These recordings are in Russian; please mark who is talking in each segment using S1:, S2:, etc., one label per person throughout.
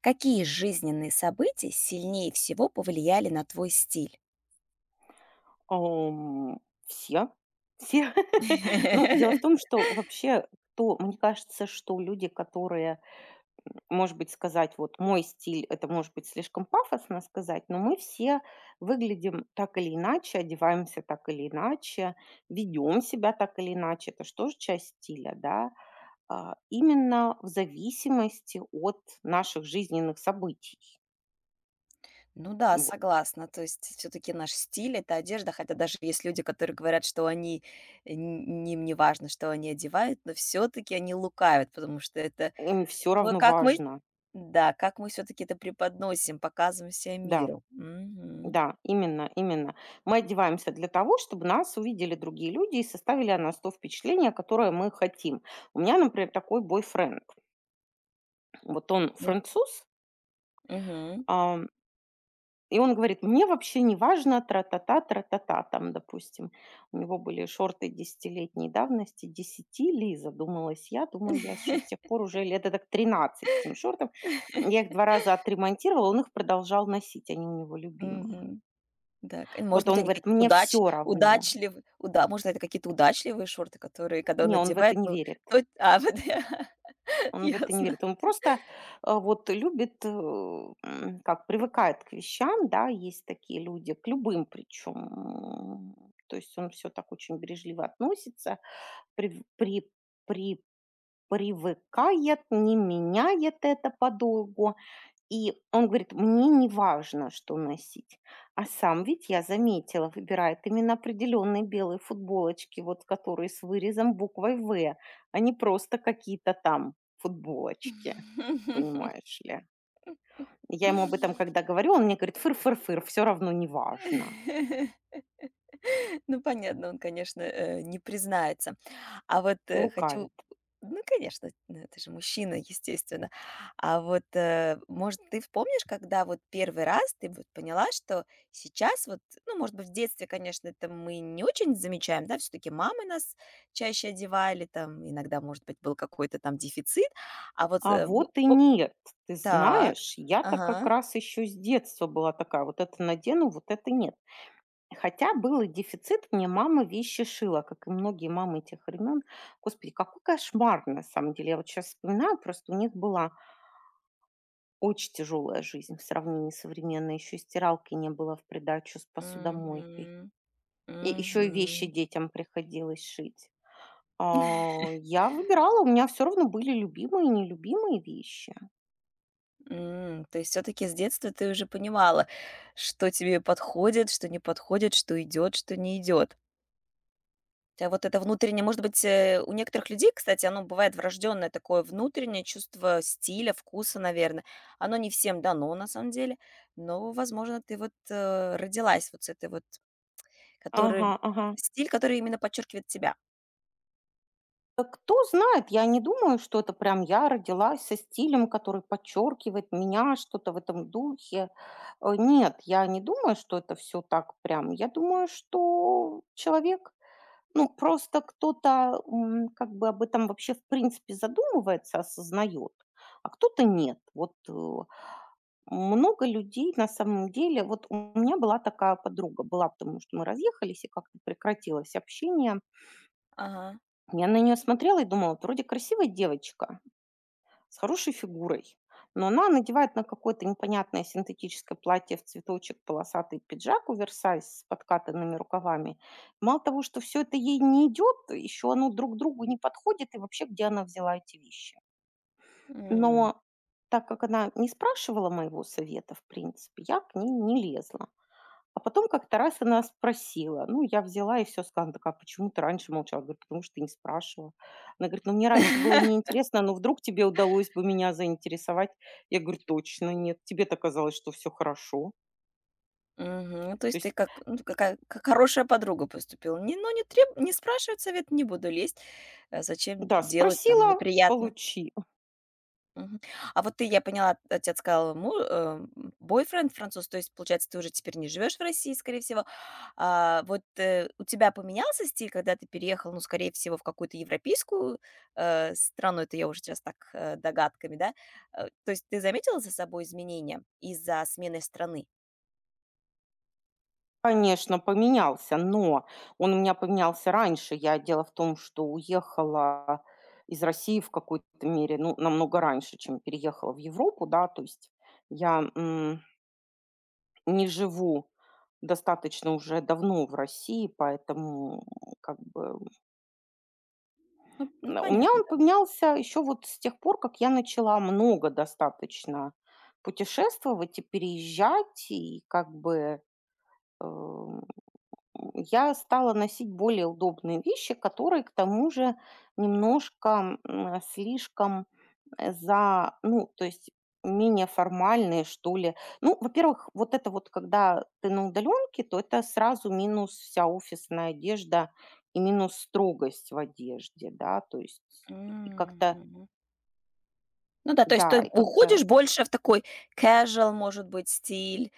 S1: Какие жизненные события сильнее всего повлияли на твой стиль?
S2: Ам, Все, все. Ну, дело в том, что вообще, то мне кажется, что люди, которые, может быть, сказать, вот мой стиль, это может быть слишком пафосно сказать, но мы все выглядим так или иначе, одеваемся так или иначе, ведем себя так или иначе, это же тоже часть стиля, да, а, именно в зависимости от наших жизненных событий.
S1: Ну да,
S2: Вот.
S1: согласна. То есть все-таки наш стиль– это одежда, хотя даже есть люди, которые говорят, что они, им не важно, что они одевают, но все-таки они лукавят, потому что это
S2: Им все
S1: то,
S2: равно
S1: как мы,
S2: важно,
S1: да, как мы все-таки это преподносим, показываем себя
S2: да.
S1: миру. Мгм.
S2: Да, именно, именно. Мы одеваемся для того, чтобы нас увидели другие люди и составили о нас то впечатление, которое мы хотим. У меня, например, такой бойфренд. Вот он
S1: М,
S2: француз,
S1: мгм.
S2: ам, и он говорит, мне вообще не важно тра-та-та, тра-та-та, там, допустим. У него были шорты десятилетней давности, десяти ли, задумалась я. Думаю, я что с тех пор уже лет так 13 этим шортом. Я их два раза отремонтировала, он их продолжал носить, они у него любимые.
S1: Мгм. Да, к может
S2: Вот
S1: быть,
S2: он
S1: они
S2: говорит,
S1: какие-то
S2: мне все равно.
S1: удачливы уда может, это какие-то удачливые шорты, которые, когда он
S2: Не, он в это
S1: надевает,
S2: не
S1: ну,
S2: верит.
S1: то А, вот,
S2: Он в это не
S1: ясно.
S2: верит. Он просто, вот любит, как привыкает к вещам, да, есть такие люди, к любым причем. То есть он все так очень бережливо относится, прив- при, при, привыкает, не меняет это подолгу. И он говорит: "Мне не важно, что носить". А сам ведь, я заметила, выбирает именно определенные белые футболочки, вот которые с вырезом буквой "В", а не просто какие-то там футболочки. Понимаешь ли? Я ему об этом когда говорю, он мне говорит: "Фыр-фыр-фыр, все равно не важно".
S1: Ну, понятно, он, конечно, не признается. А вот, э, хочу
S2: Лукавит.
S1: ну, конечно, ну, ты же мужчина, естественно. А вот, может, ты вспомнишь, когда вот первый раз ты вот поняла, что сейчас вот, ну, может быть, в детстве, конечно, это мы не очень замечаем, да, все таки мамы нас чаще одевали, там иногда, может быть, был какой-то там дефицит, а вот,
S2: А
S1: э, б
S2: вот и
S1: о
S2: нет. Ты
S1: Так.
S2: знаешь, я-то как
S1: Ага.
S2: раз еще с детства была такая: вот это надену, вот это нет. Хотя был и дефицит, мне мама вещи шила, как и многие мамы тех времен. Господи, какой кошмар на самом деле. Я вот сейчас вспоминаю, просто у них была очень тяжелая жизнь в сравнении с современной. Еще и стиралки не было в придачу с посудомойкой.
S1: Угу,
S2: И еще и вещи
S1: угу.
S2: детям приходилось шить. А, я выбирала, у меня все равно были любимые и нелюбимые вещи.
S1: То есть все таки с детства ты уже понимала, что тебе подходит, что не подходит, что идет, что не идет. А вот это внутреннее, может быть, у некоторых людей, кстати, оно бывает врожденное такое внутреннее чувство стиля, вкуса, наверное. Оно не всем дано на самом деле, но, возможно, ты вот, родилась вот с этой вот,
S2: Ага,
S1: который
S2: ага.
S1: стиль, который именно подчеркивает тебя.
S2: Кто знает, я не думаю, что это прям я родилась со стилем, который подчеркивает меня, что-то в этом духе. Нет, я не думаю, что это все так прям. Я думаю, что человек, ну, просто кто-то, как бы об этом вообще в принципе задумывается, осознает, а кто-то нет. Вот, много людей на самом деле вот у меня была такая подруга, была, потому что мы разъехались, и как-то прекратилось общение.
S1: Ага.
S2: Я на нее смотрела и думала: "Вот вроде красивая девочка". С хорошей фигурой. Но она надевает на какое-то непонятное синтетическое платье в цветочек, полосатый пиджак оверсайз с подкатанными рукавами. Мало того, что все это ей не идет, еще оно друг другу не подходит, и вообще, где она взяла эти вещи. Но так как она не спрашивала моего совета, в принципе, я к ней не лезла. А потом как-то раз она спросила. Ну, я взяла и все, сказала. Она такая: "Почему ты раньше молчала?" Говорю: "Потому что ты не спрашивала". Она говорит: "Ну, мне раньше было неинтересно, но вдруг тебе удалось бы меня заинтересовать". Я говорю: "Точно нет. Тебе-то казалось, что все хорошо".
S1: Мгм. Ну, то
S2: То
S1: есть ты
S2: есть,
S1: как, ну,
S2: и
S1: какая как хорошая подруга поступила. Не, ну, не спрашивать совет, не буду лезть. Зачем
S2: да,
S1: делать там
S2: спросила —
S1: неприятно?
S2: получи.
S1: Мгм. А вот ты, я поняла, отец сказал, бойфренд француз, то есть, получается, ты уже теперь не живешь в России, скорее всего. А, вот, у тебя поменялся стиль, когда ты переехал, ну, скорее всего, в какую-то европейскую, страну? Это я уже сейчас так, догадками, да? То есть ты заметила за собой изменения из-за смены страны?
S2: Конечно, поменялся, но он у меня поменялся раньше. Я дело в том, что уехала из России в какой-то мере, ну, намного раньше, чем переехала в Европу, да. То есть я, не живу достаточно уже давно в России, поэтому как бы
S1: Ну,
S2: у меня
S1: понятно.
S2: он поменялся еще вот с тех пор, как я начала много достаточно путешествовать и переезжать, и как бы, э я стала носить более удобные вещи, которые к тому же немножко, слишком, ну, то есть менее формальные, что ли. Ну, во-первых, вот это вот, когда ты на удаленке, то это сразу минус вся офисная одежда и минус строгость в одежде, да, то есть и как-то,
S1: Мгм. Ну да, то есть
S2: да,
S1: ты
S2: и как-то,
S1: уходишь больше в такой casual, может быть, стиль,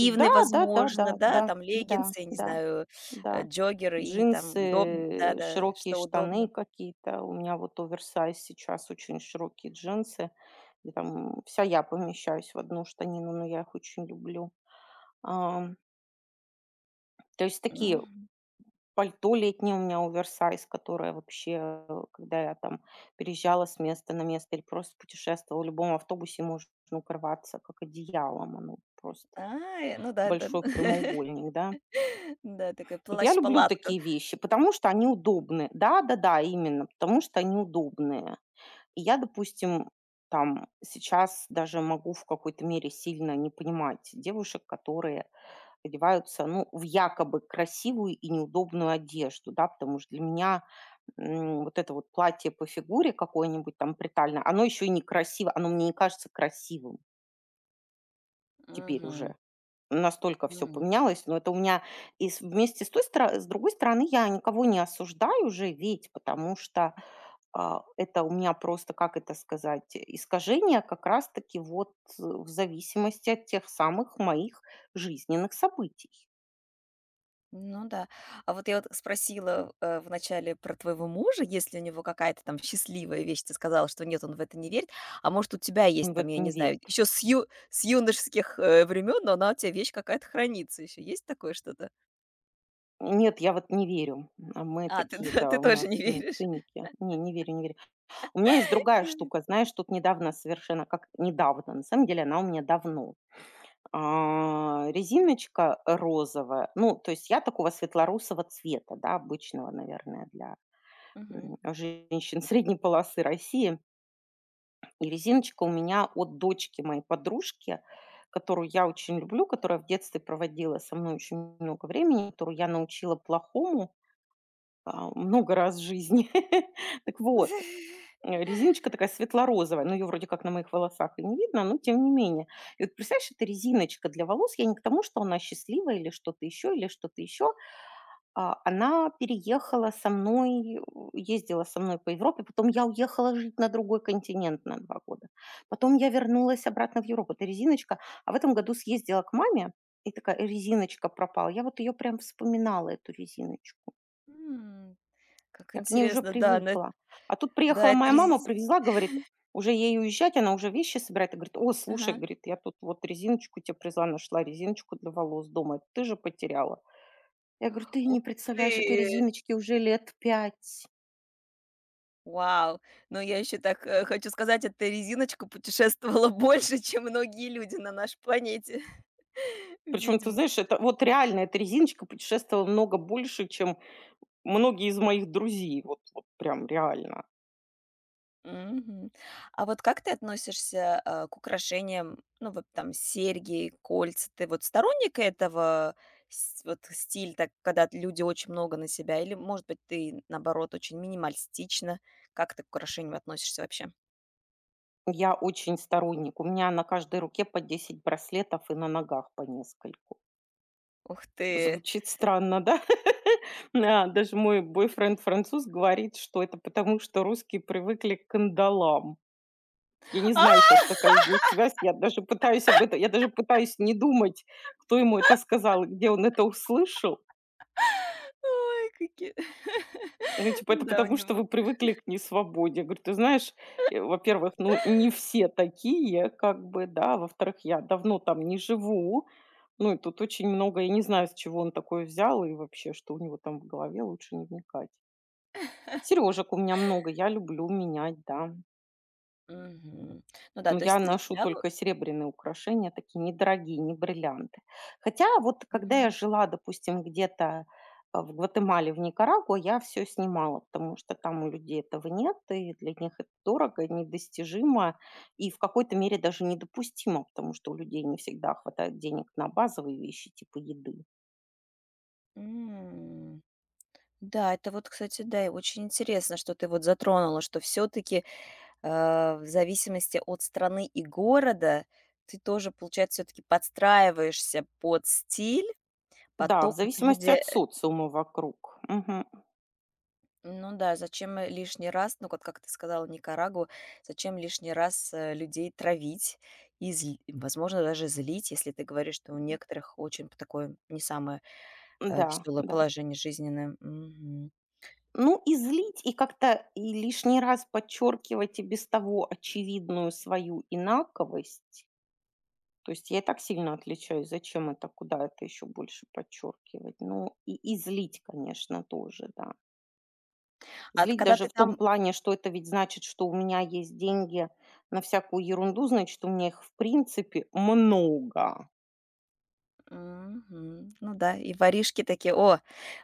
S2: да,
S1: возможно,
S2: да-да-да,
S1: да,
S2: да,
S1: там
S2: да, да, да.
S1: леггинсы, не
S2: Да,
S1: знаю,
S2: да.
S1: джоггеры и там удобно,
S2: Джинсы,
S1: да-да,
S2: широкие
S1: что
S2: штаны
S1: удобно.
S2: какие-то. У меня вот оверсайз сейчас, очень широкие джинсы. И там вся я помещаюсь в одну штанину, но я их очень люблю. Ам, То есть такие
S1: Мгм.
S2: пальто летнее у меня оверсайз, которое вообще, когда я там переезжала с места на место или просто путешествовала, в любом автобусе можно укрываться как одеялом. Оно просто
S1: А, ну да, да.
S2: большой прямоугольник, да.
S1: Да, такой
S2: Вот я люблю
S1: плащ-палатка.
S2: такие вещи, потому что они удобны. Да-да-да, именно, потому что они удобные. И я, допустим, там сейчас даже могу в какой-то мере сильно не понимать девушек, которые одеваются, ну, в якобы красивую и неудобную одежду, да, потому что для меня вот это вот платье по фигуре какое-нибудь там притальное, оно еще и некрасиво, оно мне не кажется красивым теперь
S1: Мгм,
S2: уже. Настолько все
S1: мгм.
S2: поменялось, но это у меня и с вместе с той стороны, с другой стороны, я никого не осуждаю уже ведь, потому что, это у меня просто, как это сказать, искажение как раз таки вот в зависимости от тех самых моих жизненных событий.
S1: Ну да. А вот я вот спросила, вначале про твоего мужа, если у него какая-то там счастливая вещь. Ты сказала, что нет, он в это не верит. А может, у тебя есть
S2: В
S1: там, я
S2: это
S1: не
S2: не верю.
S1: знаю, с юношеских времен, но она у тебя вещь какая-то хранится еще. Есть такое что-то?
S2: Нет, я вот не верю. А мы
S1: А, ты,
S2: такие,
S1: да, ты
S2: да, у
S1: тоже
S2: нас
S1: не
S2: мы
S1: веришь.
S2: циники. Не, не верю, не верю. У меня есть другая
S1: Нет.
S2: штука, знаешь, тут недавно совершенно, как недавно, на самом деле она у меня давно. Резиночка розовая. Ну, то есть я такого светло-русого цвета, да, обычного, наверное, для
S1: Мгм.
S2: женщин средней полосы России. И резиночка у меня от дочки моей подружки, которую я очень люблю, которая в детстве проводила со мной очень много времени, которую я научила плохому много раз в жизни. Так вот, Резиночка такая светло-розовая, но ее вроде как на моих волосах и не видно, но тем не менее. И вот представляешь, это резиночка для волос. Я не к тому, что она счастливая или что-то еще, она переехала со мной, ездила со мной по Европе. Потом я уехала жить на другой континент на 2 года. Потом я вернулась обратно в Европу. Это резиночка. А в этом году съездила к маме, и такая резиночка пропала. Я вот ее прям вспоминала, эту резиночку.
S1: М, Как
S2: Я к ней уже
S1: интересно, да. Но
S2: привыкла. А тут
S1: да,
S2: приехала моя мама, привезла, говорит, уже ей уезжать, она уже вещи собирает. И говорит: "О, слушай", —
S1: Ага.
S2: говорит, — "я тут вот резиночку тебе привезла, нашла резиночку для волос дома. Ты же потеряла". Я говорю: "Ты
S1: Ух
S2: не представляешь, этой
S1: ты!
S2: резиночки уже 5 лет".
S1: Вау! Ну, я еще так, хочу сказать, эта резиночка путешествовала больше, чем многие люди на нашей планете,
S2: Причем, ты
S1: видимо.
S2: знаешь, это вот реально, эта резиночка путешествовала много больше, чем многие из моих друзей. Вот, вот прям реально.
S1: Мгм. А вот как ты относишься, к украшениям, ну, вот там серьги, кольца? Ты вот сторонник этого с вот стиль, так, когда люди очень много на себя, или, может быть, ты, наоборот, очень минималистично? Как ты к украшениям относишься вообще?
S2: Я очень сторонник. У меня на каждой руке по 10 браслетов и на ногах по нескольку.
S1: Ух ты!
S2: Звучит странно, да? А, даже мой бойфренд француз говорит, что это потому, что русские привыкли к кандалам. Я не
S1: А!
S2: знаю сейчас, какая здесь связь. Я даже пытаюсь не думать, кто ему это сказал и где он это услышал.
S1: Ой, какие
S2: Ну, типа, это
S1: Да, у
S2: потому, что
S1: него.
S2: вы привыкли к несвободе. Я говорю: "Ты знаешь, во-первых, ну, не все такие, как бы, да. А во-вторых, я давно там не живу". Ну, и тут очень много я не знаю, с чего он такое взял и вообще, что у него там в голове, лучше не вникать. Сережек у меня много, я люблю менять, да.
S1: Мгм. Ну да,
S2: Но
S1: то
S2: я
S1: есть для
S2: ношу
S1: тебя вот
S2: только серебряные украшения, такие недорогие, не бриллианты. Хотя вот когда я
S1: мгм.
S2: жила, допустим, где-то в Гватемале, в Никарагуа, я все снимала, потому что там у людей этого нет, и для них это дорого, недостижимо, и в какой-то мере даже недопустимо, потому что у людей не всегда хватает денег на базовые вещи типа еды.
S1: М. Да, это вот, кстати, да, и очень интересно, что ты вот затронула, что все таки в зависимости от страны и города ты тоже, получается, все таки подстраиваешься под стиль, под
S2: Да, в
S1: то, как люди,
S2: зависимости от социума вокруг. Мгм.
S1: ну да, зачем, лишний раз, ну, вот как ты сказала, зачем лишний раз, людей травить и, возможно, даже злить, если ты говоришь, что у некоторых очень п такое не самое
S2: Да,
S1: веселое
S2: да.
S1: положение жизненное. Мгм.
S2: Ну, и злить, и как-то и лишний раз подчеркивать и без того очевидную свою инаковость. То есть я и так сильно отличаюсь, зачем это, куда это еще больше подчеркивать. Ну, и злить, конечно, тоже, да.
S1: А т
S2: Злить
S1: когда
S2: даже
S1: ты
S2: в том
S1: там
S2: плане, что это ведь значит, что у меня есть деньги на всякую ерунду, значит, у меня их в принципе много.
S1: Мгм. Ну да, и воришки такие: "О,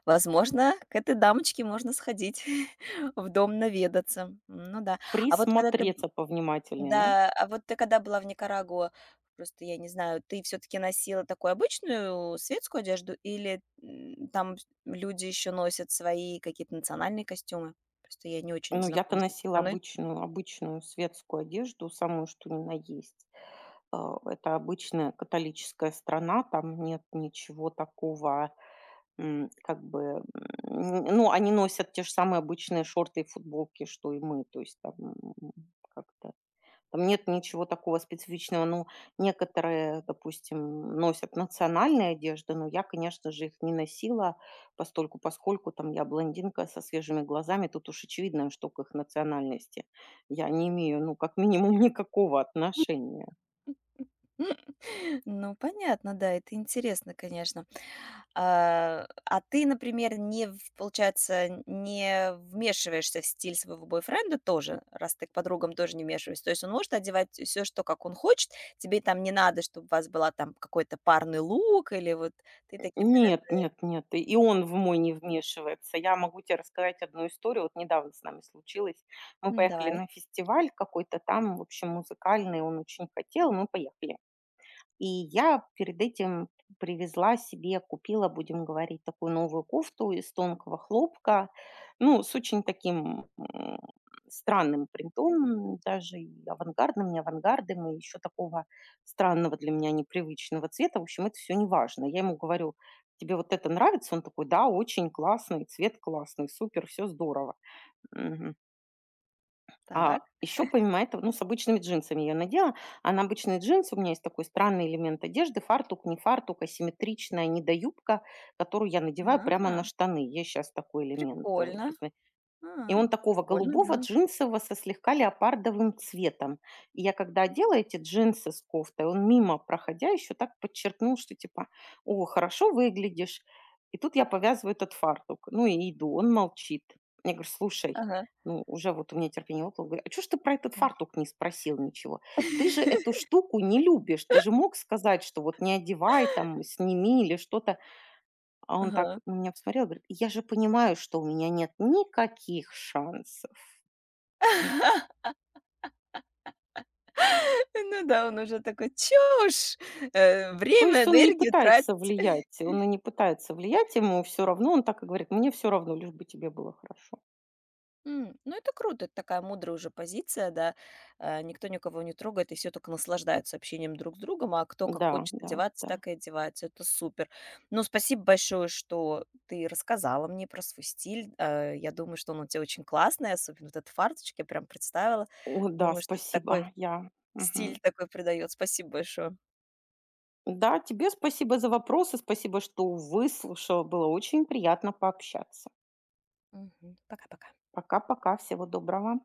S1: возможно, к этой дамочке можно сходить в дом наведаться". М. Ну да. А вот когда ты б
S2: Присмотреться повнимательнее, да?
S1: Да, а вот ты когда была в Никарагуа, просто я не знаю, ты все таки носила такую обычную светскую одежду или, там вс люди еще носят свои какие-то национальные костюмы? Просто я не очень
S2: Ну, я-то
S1: знакома с этой
S2: носила
S1: страной.
S2: обычную светскую одежду, самую что ни на есть. А, это обычная католическая страна, там нет ничего такого, как бы, ну, они носят те же самые обычные шорты и футболки, что и мы, то есть там, м, как-то там нет ничего такого специфичного. Ну, некоторые, допустим, носят национальные одежды, но я, конечно же, их не носила, постольку поскольку там я блондинка со свежими глазами, тут уж очевидная штука их национальности я не имею, ну, как минимум, никакого отношения.
S1: Ну, понятно, да, это интересно, конечно. А ты, например, не, в- получается, не вмешиваешься в стиль своего бойфренда тоже, раз ты к подругам тоже не вмешиваешься. То есть он может одевать все, что как он хочет, тебе там не надо, чтобы у вас была там какой-то парный лук или вот ты таким,
S2: Нет,
S1: наверное.
S2: нет, нет, и он в мой не вмешивается. Я могу тебе рассказать одну историю, вот недавно с нами случилось. Мы
S1: «М,
S2: поехали
S1: давай,
S2: на фестиваль какой-то там, в общем, музыкальный, он очень хотел, мы поехали. И я перед этим привезла себе, купила, будем говорить, такую новую кофту из тонкого хлопка, ну, с очень таким странным принтом, даже и авангардным, не авангардным, и еще такого странного для меня непривычного цвета. В общем, это все не важно. Я ему говорю: "Тебе вот это нравится?" Он такой: "Да, очень классный, цвет классный, супер, все здорово". Мгм.
S1: так,
S2: А еще помимо этого, ну, с обычными джинсами я надела, а на обычные джинсы у меня есть такой странный элемент одежды, фартук, не фартук, асимметричная недоюбка, которую я надеваю
S1: а,
S2: прямо на штаны. Есть сейчас такой элемент.
S1: прикольно,
S2: Посмотри. И
S1: а,
S2: он такого
S1: прикольно,
S2: голубого,
S1: да,
S2: джинсового, со слегка леопардовым цветом. И я когда одела эти джинсы с кофтой, он мимо проходя еще так подчеркнул, что типа: "О, хорошо выглядишь". И тут я повязываю этот фартук, ну и иду, он молчит. Я говорю: "Слушай,
S1: ага,
S2: ну уже вот у меня терпение лопнуло". Говорю: "А чё ж ты про этот фартук не спросил ничего? Ты же эту штуку не любишь, ты же мог сказать, что вот не одевай там, сними или что-то". А он так
S1: ага.
S2: на меня посмотрел, говорит: "Я же понимаю, что у меня нет никаких шансов".
S1: Ну да, он уже такой: "Чушь!
S2: То
S1: Время,
S2: есть он не
S1: энергию тратит."
S2: пытается влиять, он и не пытается влиять, ему все равно. Он так и говорит: "Мне все равно, лишь бы тебе было хорошо".
S1: Ну, это круто, это такая мудрая уже позиция, да. Никто никого не трогает, и все только наслаждаются общением друг с другом, а кто как
S2: Да,
S1: хочет
S2: да,
S1: одеваться,
S2: да.
S1: так и одевается. Это супер. Ну, спасибо большое, что ты рассказала мне про свой стиль. Я думаю, что он у тебя очень классный, особенно вот этот фарточек, я прям представила.
S2: О да,
S1: Думаю, что это такой
S2: спасибо. Я мгм.
S1: стиль такой придает. Спасибо большое.
S2: Да, тебе спасибо за вопросы, спасибо, что выслушала. Было очень приятно пообщаться.
S1: Мгм. Пока-пока.
S2: Пока-пока, всего доброго.